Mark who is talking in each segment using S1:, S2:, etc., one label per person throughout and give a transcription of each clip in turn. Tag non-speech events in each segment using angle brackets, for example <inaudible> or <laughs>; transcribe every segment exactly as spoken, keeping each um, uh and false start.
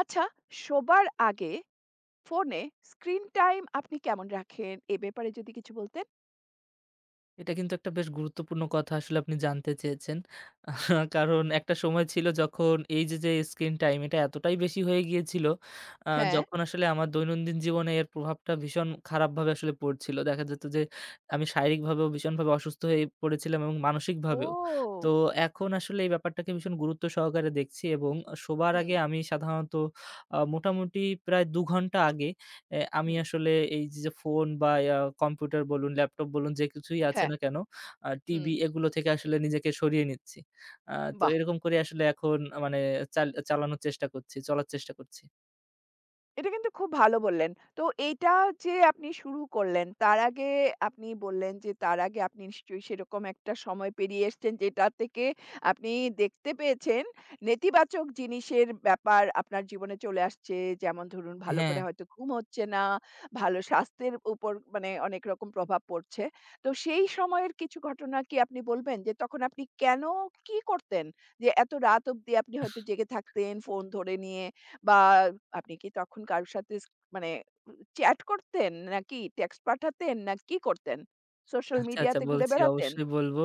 S1: আচ্ছা, শোবার আগে ফোনে স্ক্রিন টাইম আপনি কেমন রাখেন? এ ব্যাপারে যদি কিছু বলতেন?
S2: এটা কিন্তু একটা বেশ গুরুত্বপূর্ণ কথা আসলে আপনি জানতে চেয়েছেন। আহ, কারণ একটা সময় ছিল যখন এই যে, যে স্ক্রিন টাইম এটা এতটাই বেশি হয়ে গিয়েছিল, আ
S1: হ্যাঁ।
S2: যখন আসলে আমার দৈনন্দিন জীবনে এর প্রভাবটা ভীষণ খারাপভাবে আসলে পড়ছিল। দেখা যেত যে আমি শারীরিকভাবেও ভীষণভাবে অসুস্থ হয়ে পড়েছিলাম এবং মানসিকভাবেও। তো
S1: ও!
S2: এখন আসলে এই ব্যাপারটাকে ভীষণ গুরুত্ব সহকারে দেখছি এবং শোবার
S1: হুম,
S2: আগে আমি সাধারণত আ মোটামুটি প্রায় দুই ঘন্টা আগে অ্যা আমি
S1: হুম।
S2: আসলে এই যে, যে ফোন বা ইয়া কম্পিউটার বলুন, ল্যাপটপ বলুন যে কিছুই আছে
S1: হ্যাঁ,
S2: না কেন, আ
S1: হুম।
S2: টিভি এগুলো থেকে আসলে নিজেকে সরিয়ে নিচ্ছি। আ তো
S1: বাহ!
S2: এরকম করে আসলে এখন মানে চাল চালানোর চেষ্টা করছি, চলার চেষ্টা করছি।
S1: এটা কিন্তু খুব ভালো বললেন। তো এইটা যে আপনি শুরু করলেন, তার আগে আপনি বললেন যে, তার আগে আপনি নিশ্চয়ই সেরকম একটা সময় পেরিয়ে এসছেন, যেটা থেকে আপনি দেখতে পেয়েছেন নেতিবাচক জিনিসের ব্যাপার আপনার জীবনে চলে আসছে। যেমন ধরুন, ভালো
S2: হ্যাঁ।
S1: করে হয়তো ঘুম হচ্ছে না, ভালো স্বাস্থ্যের উপর মানে অনেক রকম প্রভাব পড়ছে। তো সেই সময়ের কিছু ঘটনা কি আপনি বলবেন যে, তখন আপনি কেন, কি করতেন? যে এত রাত অবধি আপনি হয়তো জেগে থাকতেন ফোন ধরে নিয়ে। বা আপনি কি তখন কারো সাথে স মানে চ্যাট করতেন নাকি টেক্সট পাঠাতেন না কি করতেন? সোশ্যাল
S2: আচ্ছা, আচ্ছা
S1: মিডিয়াতে ঘুরে
S2: বলছি
S1: বেড়াতেন?
S2: অবশ্যই বলব।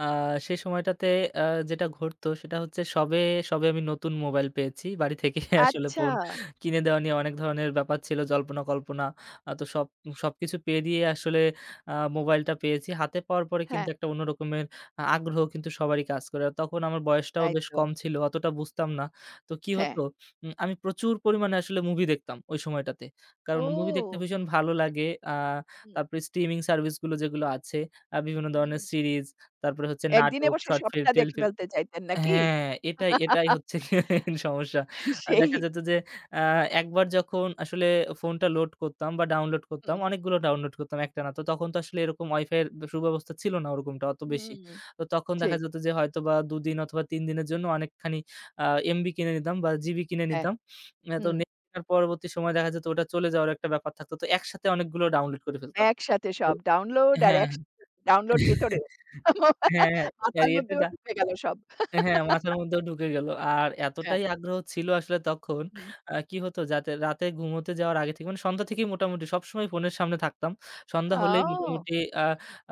S2: আ সে সময়টাতে আ যেটা ঘটতো সেটা হচ্ছে সবে, সবে আমি নতুন মোবাইল পেয়েছি। বাড়ি থেকে <laughs> আসলে
S1: আচ্ছা।
S2: ফোন কিনে দেওয়া নিয়ে অনেক ধরনের ব্যাপার ছিল জল্পনা-কল্পনা। আ তো সব সবকিছু পেরিয়ে আসলে আ মোবাইলটা পেয়েছি। হাতে পাওয়ার পরে কিন্তু
S1: হ্যাঁ,
S2: একটা অন্য রকমের আ আগ্রহ কিন্তু সবারই কাজ করে। আর তখন আমার বয়সটাও
S1: তাই
S2: বেশ
S1: তো।
S2: কম ছিল। অতটা বুঝতাম না। তো কি
S1: হ্যাঁ।
S2: হতো উম আমি প্রচুর পরিমাণে আসলে মুভি দেখতাম ওই সময়টাতে। কারণ মুভি দেখতে
S1: ও!
S2: ভীষণ ভালো লাগে। আ
S1: হুম,
S2: তারপরে স্ট্রিমিং সার্ভিস গুলো যেগুলো আছে, আ বিভিন্ন ধরনের
S1: হুম।
S2: সিরিজ, তারপরে হচ্ছে
S1: একদিনে
S2: নাটক,
S1: বসে
S2: শর্ট ফিল্ম,
S1: সবটা দেখে
S2: টেলিফিল্ম।
S1: ফেলতে চাইতেন নাকি?
S2: হ্যাঁ, এটাই, এটাই হচ্ছে
S1: <laughs>
S2: গিয়ে মেইন সমস্যা। আর
S1: সেই
S2: দেখা যেত যে আ একবার যখন আসলে ফোনটা লোড করতাম বা ডাউনলোড করতাম,
S1: হুম।
S2: অনেকগুলো ডাউনলোড করতাম একটানা। তো তখন তো আসলে এরকম ওয়াইফাইয়ের সুব্যবস্থা ছিল না ওরকমটা অত বেশি।
S1: হুম।
S2: তো তখন
S1: সেই।
S2: দেখা যেত যে হয়তোবা দুই দিন অথবা তিন দিনের জন্য অনেকখানি আ এমবি কিনে নিতাম বা জিবি কিনে
S1: হ্যাঁ,
S2: নিতাম। আ তো
S1: হুম।
S2: নেট কেনার পরবর্তী সময় দেখা যেত ওটা চলে যাওয়ার একটা ব্যাপার থাকতো। তো একসাথে অনেকগুলো ডাউনলোড করে ফেলতাম।
S1: একসাথে
S2: তো
S1: সব ডাউনলোড আর
S2: হ্যাঁ, হ্যাঁ।
S1: একসাথে ডাউনলোড ভিতরেও।
S2: হ্যাঁ, হ্যাঁ।
S1: <laughs> মাথার
S2: ক্যারিয়ারটা
S1: মধ্যেও
S2: ডা
S1: ঢুকে গেল সব।
S2: হ্যাঁ, মাথার মধ্যেও ঢুকে গেল। আর
S1: হ্যাঁ,
S2: এতটাই আগ্রহ ছিল আসলে তখন
S1: হুম।
S2: আ কি হতো যাতে রাতে ঘুমোতে যাওয়ার আগে থেকে মানে সন্ধ্যা থেকেই মোটামুটি সবসময় ফোনের সামনে থাকতাম। সন্ধ্যা হলেই
S1: ও!
S2: মোটামুটি আ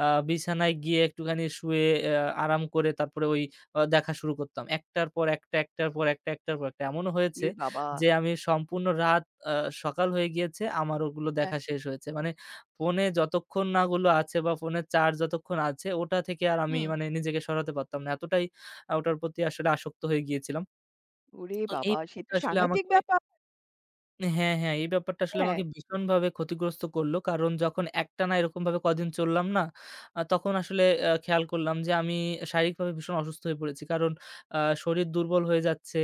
S2: আ বিছানায় গিয়ে একটুখানি শুয়ে অ্যা আরাম করে তারপরে ওই আ দেখা শুরু করতাম। একটার পর একটা, একটার পর একটা, একটার পর একটা। এমনও হয়েছে
S1: এ বাবা!
S2: যে আমি সম্পূর্ণ রাত আ সকাল হয়ে গিয়েছে আমার ওগুলো
S1: হ্যাঁ,
S2: দেখা শেষ হয়েছে। মানে ফোনে যতক্ষণ না ওগুলো আছে বা ফোনের চার্জ যতক্ষণ আছে ওটা থেকে আর আমি
S1: হুম।
S2: মানে নিজেকে সরাতে পারতাম না। এতটাই আ ওটার প্রতি আসলে আসক্ত হয়ে গিয়েছিলাম।
S1: ওরে
S2: তো এই
S1: বাবা! সে
S2: ব্যাপারটা
S1: তো
S2: আসলে
S1: সাংঘাতিক
S2: আমাকে
S1: ব্যাপার।
S2: হ্যাঁ, হ্যাঁ, এই ব্যাপারটা আসলে
S1: হ্যাঁ,
S2: আমাকে ভীষণভাবে ক্ষতিগ্রস্ত করলো। কারণ যখন একটানা এরকমভাবে কদিন চললাম না, আ তখন আসলে আ খেয়াল করলাম যে আমি শারীরিকভাবে ভীষণ অসুস্থ হয়ে পড়েছি। কারণ আ শরীর দুর্বল হয়ে যাচ্ছে।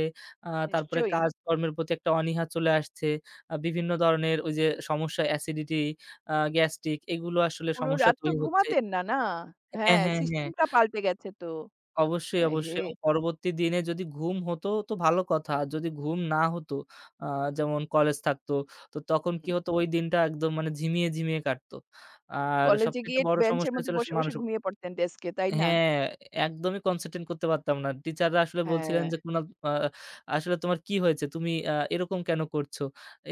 S2: আ তারপরে
S1: নিশ্চয়ই।
S2: কাজকর্মের প্রতি একটা অনীহা চলে আসছে। আ বিভিন্ন ধরনের ওই যে সমস্যা acidity, আ গ্যাস্ট্রিক এগুলো আসলে
S1: পুরো
S2: সমস্যা
S1: রাত তো
S2: তৈরি হচ্ছে।
S1: ঘুমাতেন না, না?
S2: হ্যাঁ,
S1: হ্যাঁ,
S2: হ্যাঁ, হ্যাঁ।
S1: সিস্টেমটা পাল্টে গেছে তো।
S2: অবশ্যই,
S1: এহে!
S2: অবশ্যই এবং পরবর্তী দিনে যদি ঘুম হতো তো ভালো কথা। আর যদি ঘুম না হতো আ যেমন কলেজ থাকতো, তো তখন কি
S1: হুম।
S2: হতো ওই দিনটা একদম মানে ঝিমিয়ে, ঝিমিয়ে কাটতো। আর
S1: কলেজে
S2: সবচাইতে
S1: গিয়ে
S2: বড়
S1: বেঞ্চের
S2: সমস্যা
S1: মধ্যে
S2: হয়েছিল স
S1: বসে, বসে
S2: মানুষ।
S1: ঘুমিয়ে পড়তেন ডেস্কে, তাই না?
S2: হ্যাঁ, একদমই কনসেনট্রেট করতে পারতাম না। টিচাররা আসলে বলছিলেন
S1: হ্যাঁ।
S2: যে "কুনাল আ আসলে তোমার কি হয়েছে? তুমি আ এরকম কেন করছো?"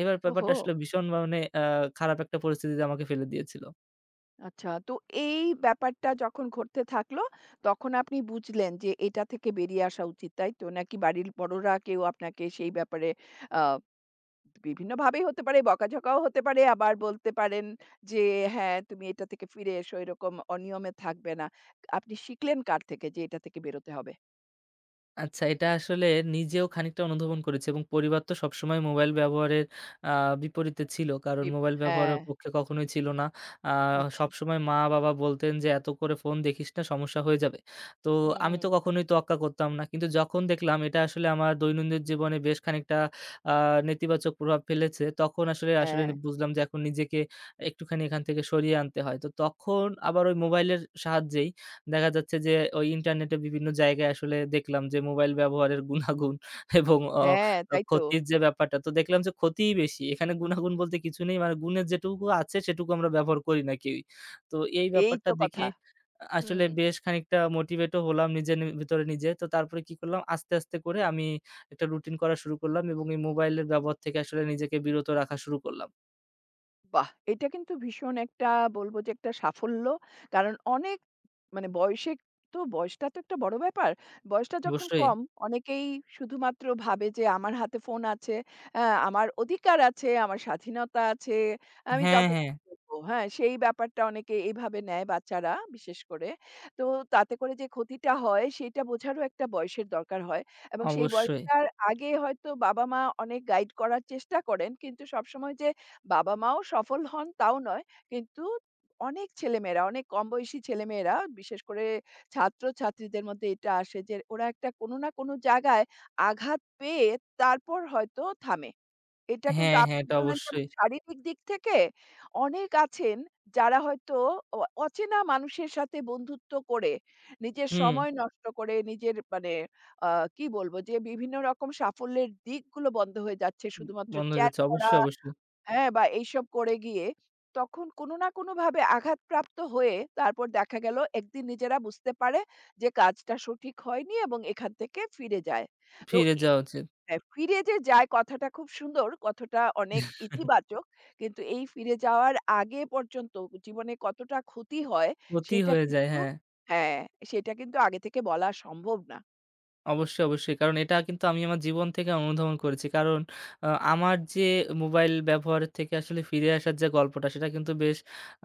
S2: এবার ব্যাপারটা
S1: ওহো!
S2: আসলে ভীষণ মানে আ খারাপ একটা পরিস্থিতিতে আমাকে ফেলে দিয়েছিল।
S1: আচ্ছা, তো এই ব্যাপারটা যখন ঘটতে থাকলো, তখন আপনি বুঝলেন যে এটা থেকে বেরিয়ে আসা উচিত, তাই তো? নাকি বাড়ির বড়রা কেউ আপনাকে সেই ব্যাপারে আ বিভিন্নভাবেই হতে পারে, বকাঝকাও হতে পারে। আবার বলতে পারেন যে, "হ্যাঁ, তুমি এটা থেকে ফিরে এসো। এরকম অনিয়মে থাকবে না।" আপনি শিখলেন কার থেকে যে এটা থেকে বেরোতে হবে?
S2: আচ্ছা, এটা আসলে নিজেও খানিকটা অনুধাবন করেছি এবং পরিবার তো সবসময় মোবাইল ব্যবহারের আ বিপরীতে ছিল। কারণ
S1: বিপ
S2: মোবাইল
S1: হ্যাঁ,
S2: ব্যবহারের পক্ষে কখনোই ছিল না। আ
S1: আচ্ছা।
S2: সবসময় মা-বাবা বলতেন যে, "এত করে ফোন দেখিস না, সমস্যা হয়ে যাবে।" তো আমি
S1: হুম,
S2: তো কখনোই তোয়াক্কা করতাম না। কিন্তু যখন দেখলাম এটা আসলে আমার দৈনন্দিন জীবনে বেশ খানিকটা আ নেতিবাচক প্রভাব ফেলেছে, তখন আসলে আসলে
S1: হ্যাঁ,
S2: বুঝলাম যে এখন নিজেকে একটুখানি এখান থেকে সরিয়ে আনতে হয়। তো তখন আবার ওই মোবাইলের সাহায্যেই দেখা যাচ্ছে যে ওই ইন্টারনেটে বিভিন্ন জায়গায় আসলে দেখলাম যে মোবাইল ব্যবহারের গুনাগুণ <laughs> এবং অ
S1: হ্যাঁ,
S2: আ
S1: তাই তো।
S2: ক্ষতির যে ব্যাপারটা তো দেখলাম যে ক্ষতিই বেশি। এখানে গুনাগুণ বলতে কিছু নেই। মানে গুণের যেটুকু আছে সেটুকু আমরা ব্যবহার করি না কেউই। তো এই
S1: এই
S2: ব্যাপারটা
S1: তো
S2: দেখে
S1: কথা।
S2: আসলে
S1: হুম।
S2: বেশ খানিকটা মোটিভেটও হলাম নিজের নি ভিতরে নিজে। তো তারপরে কি করলাম আস্তে, আস্তে করে আমি একটা রুটিন করা শুরু করলাম এবং এই মোবাইলের ব্যবহার থেকে আসলে নিজেকে বিরত রাখা শুরু করলাম।
S1: বাহ! এটা কিন্তু ভীষণ একটা বলব যে একটা সাফল্য। কারণ অনেক মানে বয়সে তো বয়সটা তো একটা বড় ব্যাপার। বয়সটা যখন
S2: অবশ্যই।
S1: কম অনেকেই শুধুমাত্র ভাবে যে আমার হাতে ফোন আছে, অ্যা আমার অধিকার আছে, আমার স্বাধীনতা আছে, আমি
S2: হ্যাঁ,
S1: যত
S2: হ্যাঁ,
S1: করবো, হ্যাঁ? সেই ব্যাপারটা অনেকে এইভাবে নেয় বাচ্চারা বিশেষ করে। তো তাতে করে যে ক্ষতিটা হয় সেটা বোঝারও একটা বয়সের দরকার হয়। এবং সেই
S2: অবশ্যই।
S1: বয়সটার আগে হয়তো বাবা-মা অনেক গাইড করার চেষ্টা করেন। কিন্তু সবসময় যে বাবা-মাও সফল হন তাও নয়, কিন্তু অনেক ছেলেমেয়েরা, অনেক কম বয়সী ছেলেমেয়েরা বিশেষ করে ছাত্র-ছাত্রীদের মধ্যে এটা আসে যে ওরা একটা কোনো না কোনো জায়গায় আঘাত পেয়ে তারপর হয়তো থামে। এটা কিন্তু
S2: হ্যাঁ, হ্যাঁ,
S1: আপনি
S2: এটা
S1: বললেন যেমন
S2: অবশ্যই।
S1: শারীরিক দিক থেকে অনেক আছেন যারা হয়তো অ অচেনা মানুষের সাথে বন্ধুত্ব করে, নিজের
S2: হুম।
S1: সময় নষ্ট করে, নিজের মানে আ কি বলব যে বিভিন্ন রকম সাফল্যের দিকগুলো বন্ধ হয়ে যাচ্ছে
S2: উম
S1: শুধুমাত্র
S2: বন্ধ হয়ে
S1: চ্যাট
S2: যাচ্ছে।
S1: করা
S2: অবশ্যই, অবশ্যই।
S1: হ্যাঁ, বা এইসব করে গিয়ে তখন কোনো না কোনোভাবে আঘাতপ্রাপ্ত হয়ে তারপর দেখা গেল একদিন নিজেরা বুঝতে পারে যে কাজটা সঠিক হয়নি এবং এখান থেকে ফিরে যায়। তো
S2: ফিরে
S1: এ
S2: যাওয়া উচিত।
S1: হ্যাঁ, ফিরে যে যায় কথাটা খুব সুন্দর, কথাটা অনেক
S2: <laughs>
S1: ইতিবাচক। কিন্তু এই ফিরে যাওয়ার আগে পর্যন্ত জীবনে কতটা ক্ষতি হয়
S2: ক্ষতি
S1: সেটা
S2: হয়ে যায়,
S1: কিন্তু
S2: হ্যাঁ।
S1: হ্যাঁ, সেটা কিন্তু আগে থেকে বলা সম্ভব না।
S2: অবশ্যই, অবশ্যই। কারণ এটা কিন্তু আমি আমার জীবন থেকে অনুধাবন করেছি। কারণ আ আমার যে মোবাইল ব্যবহারের থেকে আসলে ফিরে আসার যে গল্পটা সেটা কিন্তু বেশ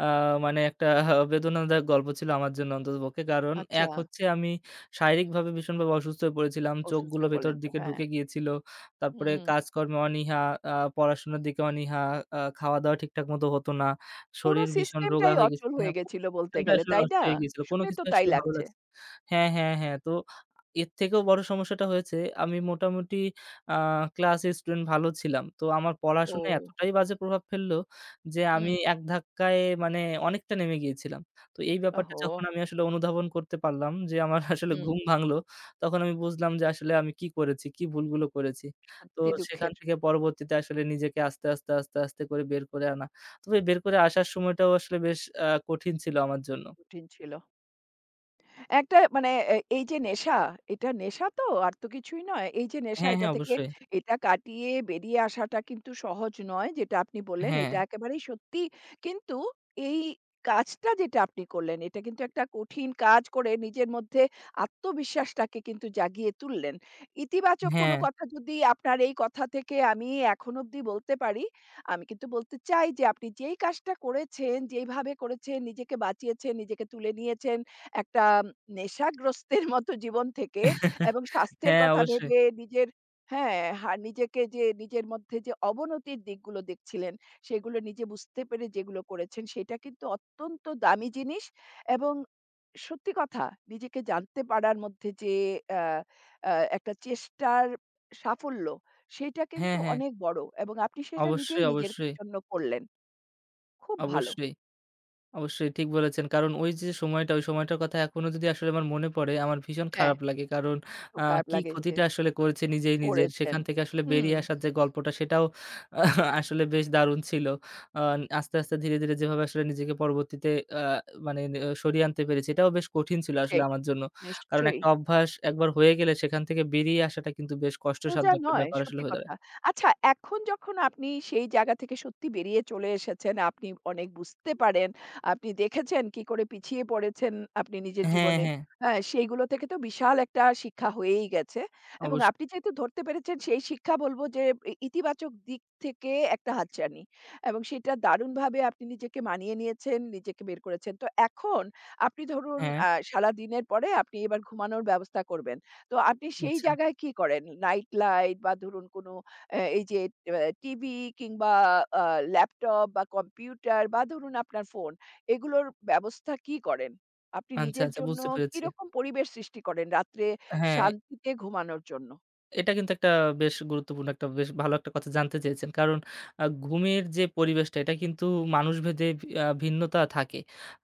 S2: আ মানে একটা <laughs> আহ, বেদনাদায়ক গল্প ছিল আমার জন্য অন্ততপক্ষে। কারণ
S1: আচ্ছা,
S2: এক হচ্ছে আমি শারীরিকভাবে ভীষণভাবে অসুস্থ হয়ে পড়েছিলাম।
S1: অসুস্থ
S2: চোখগুলো
S1: হয়ে
S2: ভেতর
S1: পড়লেন তো।
S2: দিকে
S1: হ্যাঁ।
S2: ঢুকে গিয়েছিল। তারপরে
S1: হুম।
S2: কাজকর্মে অনীহা, আ পড়াশোনার দিকে অনীহা, আ খাওয়া-দাওয়া ঠিকঠাক মতো হতো না।
S1: পুরো
S2: শরীর ভীষণ রোগা
S1: সিস্টেমটাই
S2: হয়ে গেছে,
S1: অচল
S2: হ্যাঁ,
S1: হয়ে
S2: পুরো
S1: গেছিল বলতে
S2: সিস্টেমটা
S1: গেলে,
S2: আসলে
S1: তাই
S2: নষ্ট
S1: না?
S2: হয়ে গিয়েছিল। কোন
S1: শুনে
S2: কিছু
S1: তো তাই
S2: আসলে ভালো
S1: লাগছে।
S2: লাগছে। হ্যাঁ, হ্যাঁ, হ্যাঁ। তো এর থেকেও বড় সমস্যাটা হয়েছে আমি মোটামুটি আ ক্লাসে স্টুডেন্ট ভালো ছিলাম। তো আমার পড়াশোনায়
S1: ও!
S2: এতটাই বাজে প্রভাব ফেললো যে আমি
S1: হুম।
S2: এক ধাক্কায় মানে অনেকটা নেমে গিয়েছিলাম। তো এই ব্যাপারটা
S1: ওহো!
S2: যখন আমি আসলে অনুধাবন করতে পারলাম যে আমার <laughs> আসলে
S1: হুম।
S2: ঘুম ভাঙলো, তখন আমি বুঝলাম যে আসলে আমি কি করেছি, কি ভুলগুলো করেছি। তো
S1: সত্যি
S2: সেখান
S1: দুঃখের,
S2: থেকে পরবর্তীতে আসলে নিজেকে আস্তে, আস্তে, আস্তে, আস্তে করে বের করে আনা। তবে বের করে আসার সময়টাও আসলে বেশ আ কঠিন ছিল আমার জন্য।
S1: কঠিন ছিল। একটা মানে এ এই যে নেশা, এটা নেশা তো আর তো কিছুই নয়। এই যে নেশা
S2: হ্যাঁ,
S1: এটা
S2: হ্যাঁ,
S1: থেকে
S2: অবশ্যই।
S1: এটা কাটিয়ে বেরিয়ে আসাটা কিন্তু সহজ নয়। যেটা আপনি বললেন
S2: হ্যাঁ,
S1: এটা একেবারেই সত্যি। কিন্তু এই কাজটা যেটা আপনি করলেন এটা কিন্তু একটা কঠিন কাজ করে নিজের মধ্যে আত্মবিশ্বাসটাকে কিন্তু জাগিয়ে তুললেন। ইতিবাচক কোনো
S2: হ্যাঁ।
S1: কথা যদি আপনার এই কথা থেকে আমি এখন অব্দি বলতে পারি, আমি কিন্তু বলতে চাই যে আপনি যেই কাজটা করেছেন, যেইভাবে করেছেন, নিজেকে বাঁচিয়েছেন, নিজেকে তুলে নিয়েছেন, একটা নেশাগ্রস্তের মতো জীবন থেকে এবং স্বাস্থ্যের
S2: হ্যাঁ,
S1: কথা
S2: অবশ্যই।
S1: ভেবে নিজের হ্যাঁ, হা নিজেকে যে নিজের মধ্যে যে অবনতির দিকগুলো দেখছিলেন, সেগুলো নিজে বুঝতে পেরে যেগুলো করেছেন, সেটা কিন্তু অত্যন্ত দামি জিনিস এবং সত্যি কথা নিজেকে জানতে পারার মধ্যে যে আ আ একটা চেষ্টার সাফল্য, সেটা
S2: হ্যাঁ,
S1: কিন্তু
S2: হ্যাঁ।
S1: অনেক বড় এবং আপনি সেটা নিজেই
S2: অবশ্যই,
S1: নিজের
S2: অবশ্যই,
S1: জন্য করলেন। খুব ভালো।
S2: অবশ্যই, অবশ্যই ঠিক বলেছেন। কারণ ওই যে সময়টা, ওই সময়টার কথা এখনো যদি আসলে আমার মনে পড়ে, আমার ভীষণ
S1: হ্যাঁ,
S2: খারাপ লাগে। কারণ
S1: খুব
S2: আ
S1: খারাপ
S2: কি
S1: লাগে যে
S2: ক্ষতিটা আসলে করেছি নিজেই নিজের।
S1: করেছেন।
S2: সেখান থেকে আসলে
S1: হুম,
S2: বেরিয়ে আসার যে গল্পটা সেটাও <laughs> আহ, আসলে বেশ দারুণ ছিল। আ আস্তে, আস্তে ধীরে, ধীরে যেভাবে আসলে নিজেকে পরবর্তীতে আ মানে আ সরিয়ে আনতে পেরেছি এটাও বেশ কঠিন ছিল আসলে
S1: সেই।
S2: আমার জন্য। কারণ
S1: নিশ্চয়ই।
S2: একটা অভ্যাস একবার হয়ে গেলে সেখান থেকে বেরিয়ে আসাটা কিন্তু বেশ কষ্টসাধ্য
S1: সোজা
S2: একটা
S1: নয়,
S2: ব্যাপার আসলে
S1: সত্যি
S2: হয়ে দাঁড়ায়।
S1: কথা। আচ্ছা এখন যখন আপনি সেই জায়গা থেকে সত্যি বেরিয়ে চলে এসেছেন, আপনি অনেক বুঝতে পারেন, আপনি দেখেছেন কি করে পিছিয়ে পড়েছেন আপনি নিজের
S2: হ্যাঁ,
S1: জীবনে।
S2: হ্যাঁ।
S1: হ্যাঁ, সেইগুলো থেকে তো বিশাল একটা শিক্ষা হয়েই গেছে এবং
S2: অবশ্য
S1: আপনি যেহেতু ধরতে পেরেছেন সেই শিক্ষা বলব যে ই ইতিবাচক দিক থেকে একটা হাতছানি এবং সেটা দারুণভাবে আপনি নিজেকে মানিয়ে নিয়েছেন, নিজেকে বের করেছেন। তো এখন আপনি ধরুন
S2: হ্যাঁ,
S1: আ সারাদিনের পরে আপনি এবার ঘুমানোর ব্যবস্থা করবেন। তো আপনি সেই
S2: আচ্ছা,
S1: জায়গায় কি করেন? নাইট লাইট বা ধরুন কোনো অ্যা এই যে অ্যা টিভি কিংবা আ ল্যাপটপ বা কম্পিউটার বা ধরুন আপনার ফোন, এগুলোর ব্যবস্থা কি করেন? আপনি
S2: আচ্ছা,
S1: নিজের
S2: আচ্ছা
S1: জন্য
S2: বুঝতে পেরেছি।
S1: কিরকম পরিবেশ সৃষ্টি করেন রাত্রে
S2: হ্যাঁ,
S1: শান্তিতে ঘুমানোর জন্য?
S2: এটা কিন্তু একটা বেশ গুরুত্বপূর্ণ একটা বেশ ভালো একটা কথা জানতে চেয়েছেন। কারণ আ ঘুমের যে পরিবেশটা এটা কিন্তু মানুষভেদে ভি আ ভিন্নতা থাকে।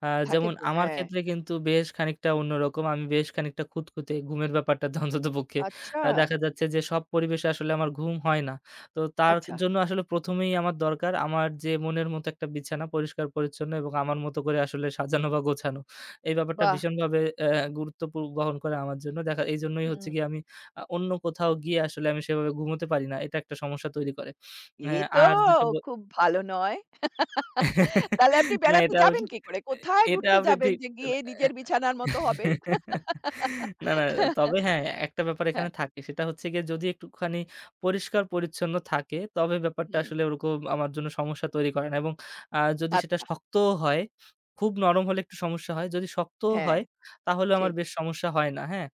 S2: আ
S1: থাকে
S2: যেমন
S1: তো,
S2: আমার
S1: হ্যাঁ।
S2: ক্ষেত্রে কিন্তু বেশ খানিকটা অন্যরকম। আমি বেশ খানিকটা খুঁতখুঁতে ঘুমের ব্যাপারটাতে অন্ততপক্ষে।
S1: আচ্ছা,
S2: আ <laughs> দেখা যাচ্ছে যে সব পরিবেশে আসলে আমার ঘুম হয় না। তো তার
S1: আচ্ছা।
S2: জন্য আসলে প্রথম এই আমার দরকার আমার যে মনের মতো একটা বিছানা পরিষ্কার-পরিচ্ছন্ন এবং আমার মতো করে আসলে সাজানো বা গোছানো। এই ব্যাপারটা
S1: বাহ!
S2: ভীষণভাবে অ্যা গুরুত্ব পু বহন করে আমার জন্য। দেখা এইজন্যই হচ্ছে
S1: হুম,
S2: গিয়ে আমি আ অন্য কোথাও গিয়ে আসলে আমি সেভাবে ঘুমোতে পারি না। এটা একটা সমস্যা তৈরি করে। অ্যা
S1: এ তো
S2: আর যেটা ব
S1: খুব ভালো নয়।
S2: <laughs>
S1: তাহলে আপনি
S2: না
S1: বেড়াতে
S2: এটা অবশ্য
S1: যাবেন কি করে? কোথায়
S2: এটা
S1: ঘুরতে
S2: আপনি
S1: যাবেন
S2: ঠিক
S1: যে গিয়ে নিজের বিছানার মতো হবে?
S2: না, না। তবে
S1: <laughs>
S2: হ্যাঁ, একটা ব্যাপার
S1: হ্যাঁ,
S2: এখানে থাকে। সেটা হচ্ছে গিয়ে যদি একটুখানি পরিষ্কার-পরিচ্ছন্ন থাকে, তবে ব্যাপারটা
S1: হুম,
S2: আসলে ওরকম আমার জন্য সমস্যা তৈরি করে না এবং আ যদি সেটা
S1: আচ্ছা।
S2: শক্তও হয়, খুব নরম হলে একটু সমস্যা হয়। যদি শক্তও
S1: হ্যাঁ,
S2: হয়, তাহলেও আমার
S1: সেই।
S2: বেশ সমস্যা হয় না, হ্যাঁ?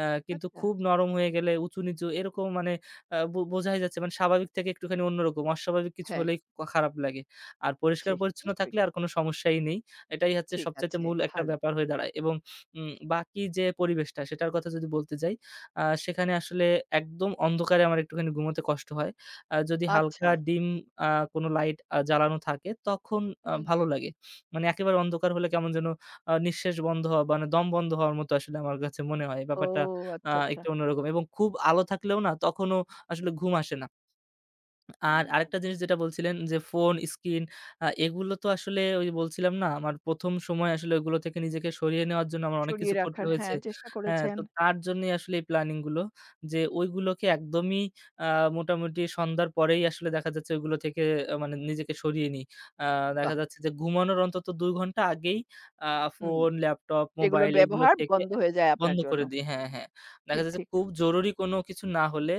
S2: আ কিন্তু
S1: আচ্ছা।
S2: খুব নরম হয়ে গেলে উঁচু-নিচু এরকম মানে আ বো বোঝাই যাচ্ছে মানে স্বাভাবিক থেকে একটুখানি অন্যরকম। অস্বাভাবিক কিছু
S1: হ্যাঁ,
S2: হলেই ক খারাপ লাগে। আর
S1: সেই।
S2: পরিষ্কার-পরিচ্ছন্ন
S1: নিশ্চয়ই।
S2: থাকলে আর কোনো সমস্যাই নেই। এটাই হচ্ছে
S1: ঠিক
S2: সবচাইতে
S1: আছে,
S2: মূল একটা
S1: ভালো।
S2: ব্যাপার হয়ে দাঁড়ায় এবং উম বাকি যে পরিবেশটা সেটার কথা যদি বলতে যাই, আ সেখানে আসলে একদম অন্ধকারে আমার একটুখানি ঘুমোতে কষ্ট হয়। আ যদি হালকা
S1: আচ্ছা।
S2: ডিম আ কোনো লাইট আ জ্বালানো থাকে তখন আ
S1: হুম।
S2: ভালো লাগে। মানে একেবারে অন্ধকার হলে কেমন যেন আ নিঃশ্বাস বন্ধ হওয়া মানে দম বন্ধ হওয়ার মতো আসলে আমার কাছে মনে হয়।
S1: ও
S2: ব্যাপারটা আ
S1: আচ্ছা, আচ্ছা।
S2: একটু অন্যরকম এবং খুব আলো থাকলেও না তখনও আসলে ঘুম আসে না। আর
S1: হুম।
S2: আরেকটা জিনিস যেটা বলছিলেন যে ফোন, স্ক্রিন আ এগুলো তো আসলে ওই যে বলছিলাম না আমার প্রথম সময় আসলে ওইগুলো থেকে নিজেকে সরিয়ে নেওয়ার জন্য আমার অনেক
S1: সরিয়ে
S2: কিছু করতে
S1: রাখার
S2: হয়েছে।
S1: হ্যাঁ, চেষ্টা
S2: হ্যাঁ,
S1: করেছেন।
S2: তো তার জন্যই আসলে এই প্ল্যানিং গুলো যে ওইগুলোকে একদমই আ মোটামুটি সন্ধ্যার পরেই আসলে দেখা যাচ্ছে ওইগুলো থেকে আ মানে নিজেকে সরিয়ে নিই। আ দেখা
S1: বাহ!
S2: যাচ্ছে যে ঘুমানোর অন্তত দুই ঘন্টা আগেই আ
S1: হুম।
S2: ফোন, ল্যাপটপ,
S1: সেগুলোর
S2: মোবাইল এগুলো
S1: ব্যবহার
S2: থেকে
S1: বন্ধ হয়ে যায় আপনার
S2: বন্ধ
S1: জন্য।
S2: করে দিই। হ্যাঁ, হ্যাঁ। দেখা
S1: ঠিক,
S2: যাচ্ছে
S1: ঠিক।
S2: খুব জরুরি কোনো কিছু না হলে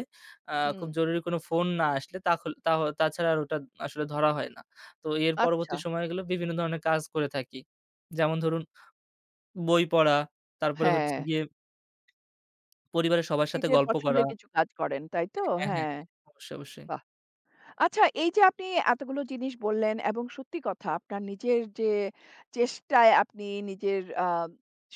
S2: আ
S1: হুম।
S2: খুব জরুরি কোনো ফোন না আসলে তাখল তাহ তাছাড়া আর ওটা আসলে ধরা হয় না। তো এর
S1: আচ্ছা।
S2: পরবর্তী সময়গুলো বিভিন্ন ধরনের কাজ করে থাকি। যেমন ধরুন বই পড়া, তারপরে হচ্ছে
S1: হ্যাঁ,
S2: গিয়ে পরিবারের সবার সাথে
S1: নিজের
S2: গল্প করা।
S1: পছন্দের কিছু কাজ করেন, তাই তো?
S2: হ্যাঁ, হ্যাঁ,
S1: হ্যাঁ,
S2: অবশ্যই, অবশ্যই।
S1: বাহ! আচ্ছা এই যে আপনি এতগুলো জিনিস বললেন এবং সত্যি কথা আপনার নিজের যে চেষ্টায় আপনি নিজের আহ,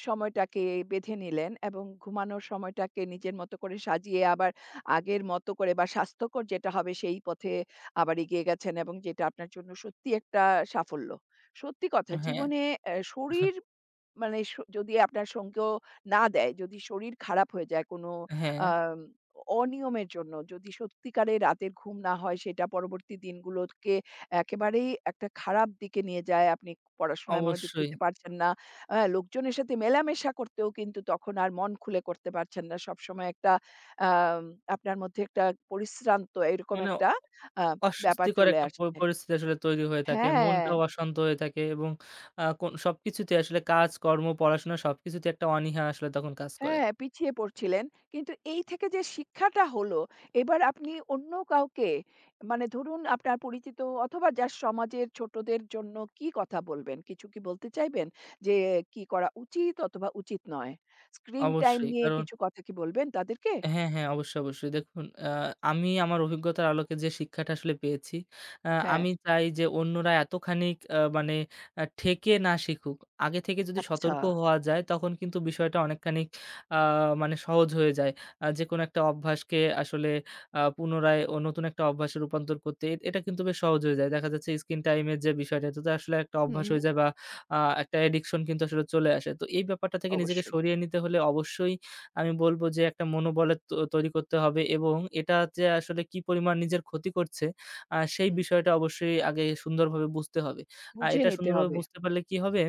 S1: সময়টাকে বেঁধে নিলেন এবং ঘুমানোর সময়টাকে নিজের মতো করে সাজিয়ে আবার আগের মতো করে বা স্বাস্থ্যকর যেটা হবে সেই পথে আবার এগিয়ে গেছেন এবং যেটা আপনার জন্য সত্যি একটা সাফল্য সত্যি কথা
S2: হ্যাঁ,
S1: জীবনে আহ, শরীর মানে স যদি আপনার সঙ্গেও না দেয়, যদি শরীর খারাপ হয়ে যায় কোনো
S2: হ্যাঁ,
S1: আম অনিয়মের জন্য, যদি সত্যিকারের রাতের ঘুম না হয় সেটা পরবর্তী দিনগুলোকে একেবারেই একটা খারাপ দিকে নিয়ে যায়। আপনি পড়াশোনায় মনোযোগ
S2: অবশ্যই।
S1: দিতে পারছেন না। হ্যাঁ, লোকজনের সাথে মেলামেশা করতেও কিন্তু তখন আর মন খুলে করতে পারছেন না। সবসময় একটা আম আপনার মধ্যে একটা পরিশ্রান্ত এরকম
S2: মানে অ-
S1: একটা আ ব্যাপার
S2: অস্বস্তিকর
S1: চলে
S2: একটা প
S1: আসছে।
S2: পরিস্থিতি আসলে তৈরি হয়ে থাকে।
S1: হ্যাঁ।
S2: মনটাও অশান্ত হয়ে থাকে এবং আ কোন সবকিছুতে আসলে কাজ, কর্ম, পড়াশোনা সবকিছুতে একটা অনীহা আসলে তখন কাজ করে।
S1: হ্যাঁ, পিছিয়ে পড়ছিলেন। কিন্তু এই থেকে যে শিক্ষাটা হলো, এবার আপনি অন্য কাউকে মানে ধরুন আপনার পরিচিত অথবা যার সমাজের ছোটদের জন্য কি কথা বলবেন? কিছু কি বলতে চাইবেন? যে কি করা উচিত অথবা উচিত নয়? স্ক্রিন টাইম
S2: অবশ্যই
S1: নিয়ে
S2: কারণ
S1: কিছু কথা কি বলবেন তাদেরকে?
S2: হ্যাঁ, হ্যাঁ, অবশ্যই, অবশ্যই। দেখুন, আ আমি আমার অভিজ্ঞতার আলোকে যে শিক্ষাটা আসলে পেয়েছি, আ
S1: হ্যাঁ।
S2: আমি চাই যে অন্যরা এতখানি আ মানে আ ঠেকে না শিখুক। আগে থেকে যদি
S1: আচ্ছা।
S2: সতর্ক হওয়া যায় তখন কিন্তু বিষয়টা অনেকখানি আ মানে সহজ হয়ে যায়। আ যেকোনো একটা অভ্যাসকে আসলে আ পুনরায় ও নতুন একটা অভ্যাসে রূপান্তর করতে এ এটা কিন্তু বেশ সহজ হয়ে যায়। দেখা যাচ্ছে স্ক্রিন টাইম এর যে বিষয়টা এটাতে আসলে একটা
S1: হুম,
S2: অভ্যাস
S1: হুম,
S2: হয়ে যায় বা আ একটা অ্যাডিকশন কিন্তু আসলে চলে আসে। তো এই ব্যাপারটা থেকে নিজেকে
S1: অবশ্যই।
S2: সরিয়ে নিতে হলে অবশ্যই আমি বলব যে একটা মনোবলের তো তৈরি করতে হবে এবং এটা যে আসলে কি পরিমাণ নিজের ক্ষতি করছে আ সেই
S1: হুম,
S2: বিষয়টা অবশ্যই আগে সুন্দরভাবে বুঝতে হবে। আ
S1: বুঝে
S2: এটা
S1: নিতে
S2: সুন্দরভাবে
S1: হবে।
S2: বুঝতে পারলে কি হবে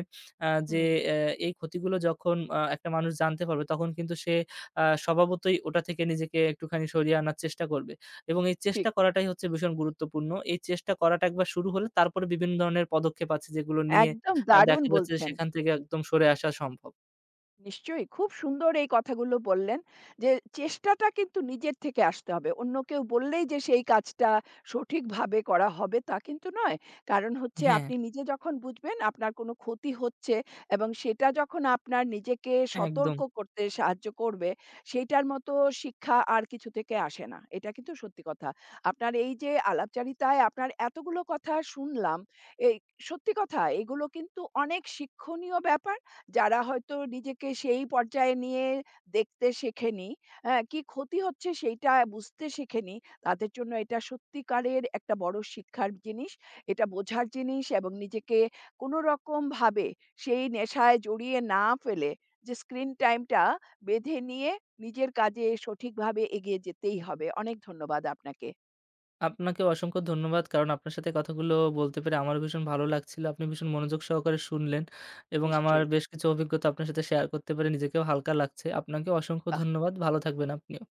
S2: আ যে
S1: হুম,
S2: অ্যা এই ক্ষতিগুলো যখন আ একটা মানুষ জানতে পারবে তখন কিন্তু সে আ স্বভাবতই ওটা থেকে নিজেকে একটুখানি সরিয়ে আনার চেষ্টা করবে এবং এই
S1: ঠিক।
S2: চেষ্টা করাটাই হচ্ছে ভীষণ গুরুত্বপূর্ণ। এই চেষ্টা করাটা একবার শুরু হলে তারপরে বিভিন্ন ধরনের পদক্ষেপ আছে যেগুলো নিয়ে
S1: একদম
S2: আ
S1: দারুণ
S2: দেখা যাচ্ছে যে
S1: বলছেন।
S2: সেখান থেকে একদম সরে আসা সম্ভব।
S1: নিশ্চয়ই। খুব সুন্দর এই কথাগুলো বললেন যে, চেষ্টাটা কিন্তু নিজের থেকে আসতে হবে। অন্য কেউ বললেই যে সেই কাজটা সঠিকভাবে করা হবে তা কিন্তু নয়। কারণ হচ্ছে
S2: হ্যাঁ,
S1: আপনি নিজে যখন বুঝবেন আপনার কোনো ক্ষতি হচ্ছে এবং সেটা যখন আপনার নিজেকে
S2: একদম।
S1: সতর্ক করতে সাহায্য করবে, সেইটার মতো শিক্ষা আর কিছু থেকে আসে না। এটা কিন্তু সত্যি কথা। আপনার এই যে আলাপচারিতায় আপনার এতগুলো কথা শুনলাম, এই সত্যি কথা এগুলো কিন্তু অনেক শিক্ষণীয় ব্যাপার যারা হয়তো নিজেকে সেই পর্যায়ে নিয়ে দেখতে শেখেনি, হ্যাঁ? কি ক্ষতি হচ্ছে সেইটা বুঝতে শেখেনি, তাদের জন্য এটা সত্যিকারের একটা বড় শিক্ষার জিনিস। এটা বোঝার জিনিস এবং নিজেকে কোনো রকমভাবে সেই নেশায় জড়িয়ে না ফেলে যে স্ক্রিন টাইমটা বেঁধে নিয়ে নিজের কাজে সঠিকভাবে এগিয়ে যেতেই হবে। অনেক ধন্যবাদ আপনাকে।
S2: আপনাকে অসংখ্য ধন্যবাদ। কারণ আপনার সাথে কথাগুলো বলতে পেরে আমারও ভীষণ ভালো লাগছিল। আপনি ভীষণ মনোযোগ সহকারে শুনলেন এবং আমার
S1: নিশ্চয়ই।
S2: বেশ কিছু অভিজ্ঞতা আপনার সাথে শেয়ার করতে পেরে নিজেকেও হালকা লাগছে। আপনাকে অসংখ্য
S1: বা
S2: ধন্যবাদ। ভালো থাকবেন আপনিও।